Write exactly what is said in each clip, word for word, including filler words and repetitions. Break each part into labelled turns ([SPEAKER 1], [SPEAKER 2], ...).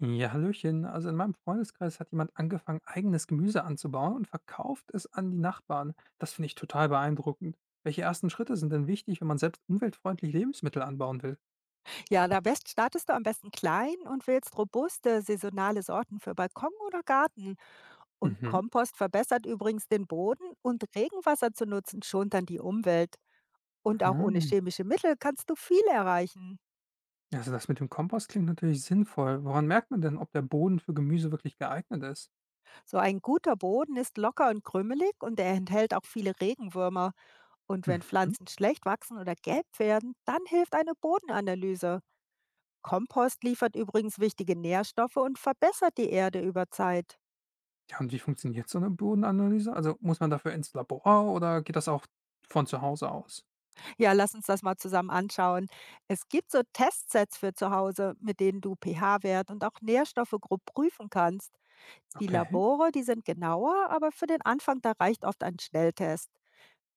[SPEAKER 1] Ja, hallöchen. Also in meinem Freundeskreis hat jemand angefangen, eigenes Gemüse anzubauen und verkauft es an die Nachbarn. Das finde ich total beeindruckend. Welche ersten Schritte sind denn wichtig, wenn man selbst umweltfreundlich Lebensmittel anbauen will?
[SPEAKER 2] Ja, da best startest du am besten klein und wählst robuste, saisonale Sorten für Balkon oder Garten. Und
[SPEAKER 1] Mhm.
[SPEAKER 2] Kompost verbessert übrigens den Boden, und Regenwasser zu nutzen schont dann die Umwelt. Und auch ohne
[SPEAKER 1] Ah,
[SPEAKER 2] chemische Mittel kannst du viel erreichen.
[SPEAKER 1] Also das mit dem Kompost klingt natürlich sinnvoll. Woran merkt man denn, ob der Boden für Gemüse wirklich geeignet ist?
[SPEAKER 2] So ein guter Boden ist locker und krümelig, und er enthält auch viele Regenwürmer. Und wenn
[SPEAKER 1] Mhm.
[SPEAKER 2] Pflanzen schlecht wachsen oder gelb werden, dann hilft eine Bodenanalyse. Kompost liefert übrigens wichtige Nährstoffe und verbessert die Erde über Zeit.
[SPEAKER 1] Ja, und wie funktioniert so eine Bodenanalyse? Also muss man dafür ins Labor oder geht das auch von zu Hause aus?
[SPEAKER 2] Ja, lass uns das mal zusammen anschauen. Es gibt so Testsets für zu Hause, mit denen du pH-Wert und auch Nährstoffe grob prüfen kannst. Die
[SPEAKER 1] Okay.
[SPEAKER 2] Labore, die sind genauer, aber für den Anfang, da reicht oft ein Schnelltest.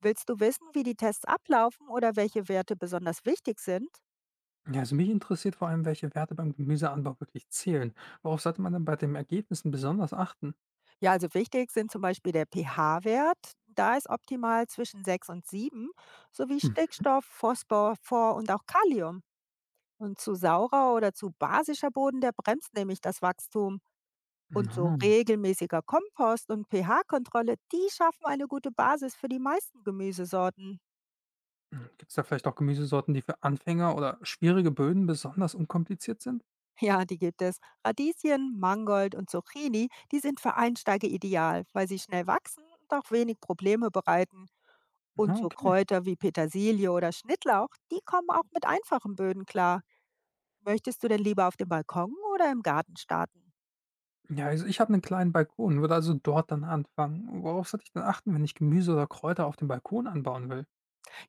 [SPEAKER 2] Willst du wissen, wie die Tests ablaufen oder welche Werte besonders wichtig sind?
[SPEAKER 1] Ja, also mich interessiert vor allem, welche Werte beim Gemüseanbau wirklich zählen. Worauf sollte man denn bei den Ergebnissen besonders achten?
[SPEAKER 2] Ja, also wichtig sind zum Beispiel der pH-Wert. Da ist optimal zwischen sechs und sieben, sowie
[SPEAKER 1] Hm.
[SPEAKER 2] Stickstoff, Phosphor, Phor und auch Kalium. Und zu saurer oder zu basischer Boden, der bremst nämlich das Wachstum. Und so
[SPEAKER 1] Na.
[SPEAKER 2] regelmäßiger Kompost und pH-Kontrolle, die schaffen eine gute Basis für die meisten Gemüsesorten.
[SPEAKER 1] Gibt es da vielleicht auch Gemüsesorten, die für Anfänger oder schwierige Böden besonders unkompliziert sind?
[SPEAKER 2] Ja, die gibt es. Radieschen, Mangold und Zucchini, die sind für Einsteiger ideal, weil sie schnell wachsen und auch wenig Probleme bereiten. Und
[SPEAKER 1] Na,
[SPEAKER 2] so
[SPEAKER 1] okay.
[SPEAKER 2] Kräuter wie Petersilie oder Schnittlauch, die kommen auch mit einfachen Böden klar. Möchtest du denn lieber auf dem Balkon oder im Garten starten?
[SPEAKER 1] Ja, also ich habe einen kleinen Balkon, würde also dort dann anfangen. Worauf sollte ich dann achten, wenn ich Gemüse oder Kräuter auf dem Balkon anbauen will?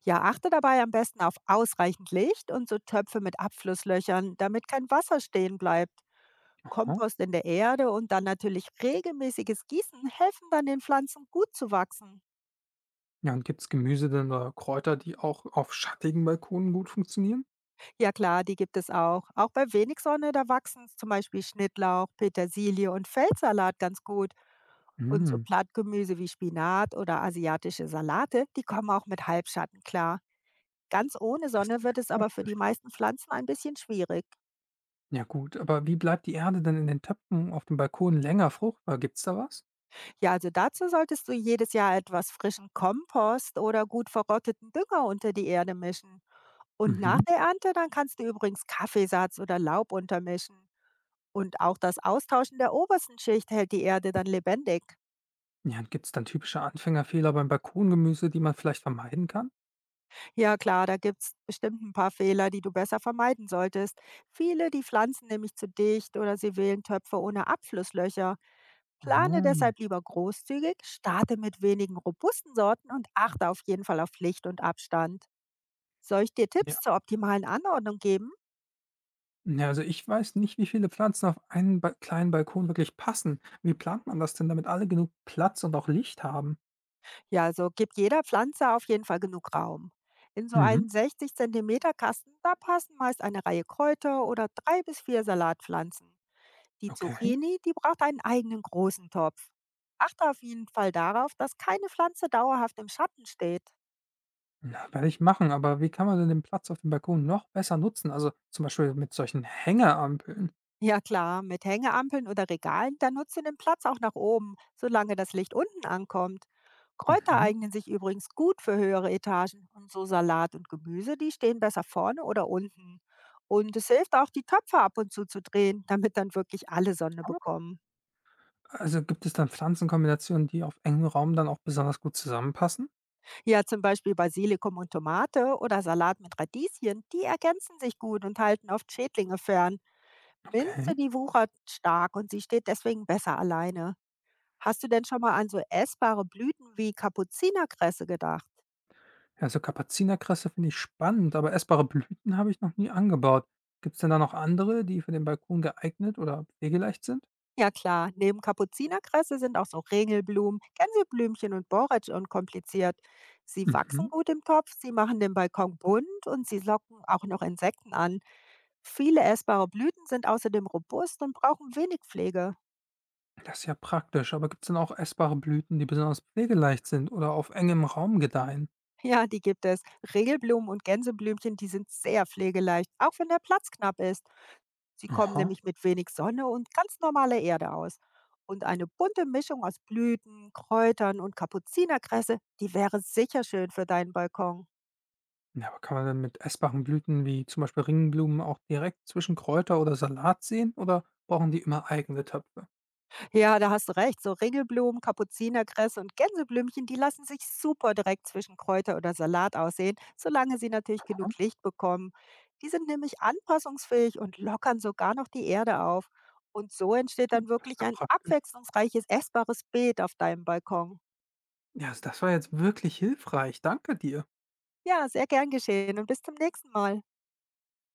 [SPEAKER 2] Ja, achte dabei am besten auf ausreichend Licht und so Töpfe mit Abflusslöchern, damit kein Wasser stehen bleibt.
[SPEAKER 1] Aha.
[SPEAKER 2] Kompost in der Erde und dann natürlich regelmäßiges Gießen helfen dann den Pflanzen gut zu wachsen.
[SPEAKER 1] Ja, und gibt es Gemüse denn oder Kräuter, die auch auf schattigen Balkonen gut funktionieren?
[SPEAKER 2] Ja klar, die gibt es auch. Auch bei wenig Sonne, da wachsen zum Beispiel Schnittlauch, Petersilie und Feldsalat ganz gut. Und so
[SPEAKER 1] Hm,
[SPEAKER 2] Blattgemüse wie Spinat oder asiatische Salate, die kommen auch mit Halbschatten klar. Ganz ohne
[SPEAKER 1] das ist
[SPEAKER 2] Sonne
[SPEAKER 1] ja
[SPEAKER 2] wird
[SPEAKER 1] echt
[SPEAKER 2] es aber für die
[SPEAKER 1] praktisch.
[SPEAKER 2] meisten Pflanzen ein bisschen schwierig.
[SPEAKER 1] Ja gut, aber wie bleibt die Erde denn in den Töpfen auf dem Balkon länger fruchtbar? Gibt's da was?
[SPEAKER 2] Ja, also dazu solltest du jedes Jahr etwas frischen Kompost oder gut verrotteten Dünger unter die Erde mischen. Und nach
[SPEAKER 1] Mhm.
[SPEAKER 2] der Ernte, dann kannst du übrigens Kaffeesatz oder Laub untermischen. Und auch das Austauschen der obersten Schicht hält die Erde dann lebendig.
[SPEAKER 1] Ja, und gibt's dann typische Anfängerfehler beim Balkongemüse, die man vielleicht vermeiden kann?
[SPEAKER 2] Ja klar, da gibt es bestimmt ein paar Fehler, die du besser vermeiden solltest. Viele, die pflanzen nämlich zu dicht oder sie wählen Töpfe ohne Abflusslöcher. Plane
[SPEAKER 1] Ah.
[SPEAKER 2] deshalb lieber großzügig, starte mit wenigen robusten Sorten und achte auf jeden Fall auf Licht und Abstand. Soll ich dir
[SPEAKER 1] Ja.
[SPEAKER 2] Tipps zur optimalen Anordnung geben?
[SPEAKER 1] Ja, also ich weiß nicht, wie viele Pflanzen auf einen ba kleinen Balkon wirklich passen. Wie plant man das denn, damit alle genug Platz und auch Licht haben?
[SPEAKER 2] Ja, also gibt jeder Pflanze auf jeden Fall genug Raum. In so
[SPEAKER 1] Mhm.
[SPEAKER 2] einen sechzig Zentimeter Kasten, da passen meist eine Reihe Kräuter oder drei bis vier Salatpflanzen. Die
[SPEAKER 1] Okay,
[SPEAKER 2] Zucchini, die braucht einen eigenen großen Topf. Achte auf jeden Fall darauf, dass keine Pflanze dauerhaft im Schatten steht.
[SPEAKER 1] na, werde ich machen, aber wie kann man denn den Platz auf dem Balkon noch besser nutzen? Also zum Beispiel mit solchen Hängerampeln.
[SPEAKER 2] Ja klar, mit Hängeampeln oder Regalen, da nutzt du den Platz auch nach oben, solange das Licht unten ankommt. Kräuter
[SPEAKER 1] Mhm.
[SPEAKER 2] eignen sich übrigens gut für höhere Etagen, und so Salat und Gemüse, die stehen besser vorne oder unten. Und es hilft auch, die Töpfe ab und zu zu drehen, damit dann wirklich alle Sonne bekommen.
[SPEAKER 1] Also, gibt es dann Pflanzenkombinationen, die auf engem Raum dann auch besonders gut zusammenpassen?
[SPEAKER 2] Ja, zum Beispiel Basilikum und Tomate oder Salat mit Radieschen, die ergänzen sich gut und halten oft Schädlinge fern. Minze,
[SPEAKER 1] Okay.
[SPEAKER 2] die wuchert stark, und sie steht deswegen besser alleine. Hast du denn schon mal an so essbare Blüten wie Kapuzinerkresse gedacht?
[SPEAKER 1] Ja, so Kapuzinerkresse finde ich spannend, aber essbare Blüten habe ich noch nie angebaut. Gibt es denn da noch andere, die für den Balkon geeignet oder pflegeleicht sind?
[SPEAKER 2] Ja klar, neben Kapuzinerkresse sind auch so Ringelblumen, Gänseblümchen und Borretsch unkompliziert. Sie wachsen
[SPEAKER 1] Mhm.
[SPEAKER 2] gut im Topf, sie machen den Balkon bunt und sie locken auch noch Insekten an. Viele essbare Blüten sind außerdem robust und brauchen wenig Pflege.
[SPEAKER 1] Das ist ja praktisch, aber gibt es denn auch essbare Blüten, die besonders pflegeleicht sind oder auf engem Raum gedeihen?
[SPEAKER 2] Ja, die gibt es. Ringelblumen und Gänseblümchen, die sind sehr pflegeleicht, auch wenn der Platz knapp ist. Sie kommen
[SPEAKER 1] Aha.
[SPEAKER 2] nämlich mit wenig Sonne und ganz normaler Erde aus. Und eine bunte Mischung aus Blüten, Kräutern und Kapuzinerkresse, die wäre sicher schön für deinen Balkon.
[SPEAKER 1] Ja, aber kann man denn mit essbaren Blüten wie zum Beispiel Ringblumen auch direkt zwischen Kräuter oder Salat sehen oder brauchen die immer eigene Töpfe?
[SPEAKER 2] Ja, da hast du recht. So Ringelblumen, Kapuzinerkresse und Gänseblümchen, die lassen sich super direkt zwischen Kräuter oder Salat aussehen, solange sie natürlich
[SPEAKER 1] Aha.
[SPEAKER 2] genug Licht bekommen. Die sind nämlich anpassungsfähig und lockern sogar noch die Erde auf. Und so entsteht dann
[SPEAKER 1] Das ist
[SPEAKER 2] wirklich
[SPEAKER 1] ja
[SPEAKER 2] ein
[SPEAKER 1] praktisch.
[SPEAKER 2] abwechslungsreiches, essbares Beet auf deinem Balkon.
[SPEAKER 1] Ja, s das war jetzt wirklich hilfreich. Danke dir.
[SPEAKER 2] Ja, sehr gern geschehen und bis zum nächsten Mal.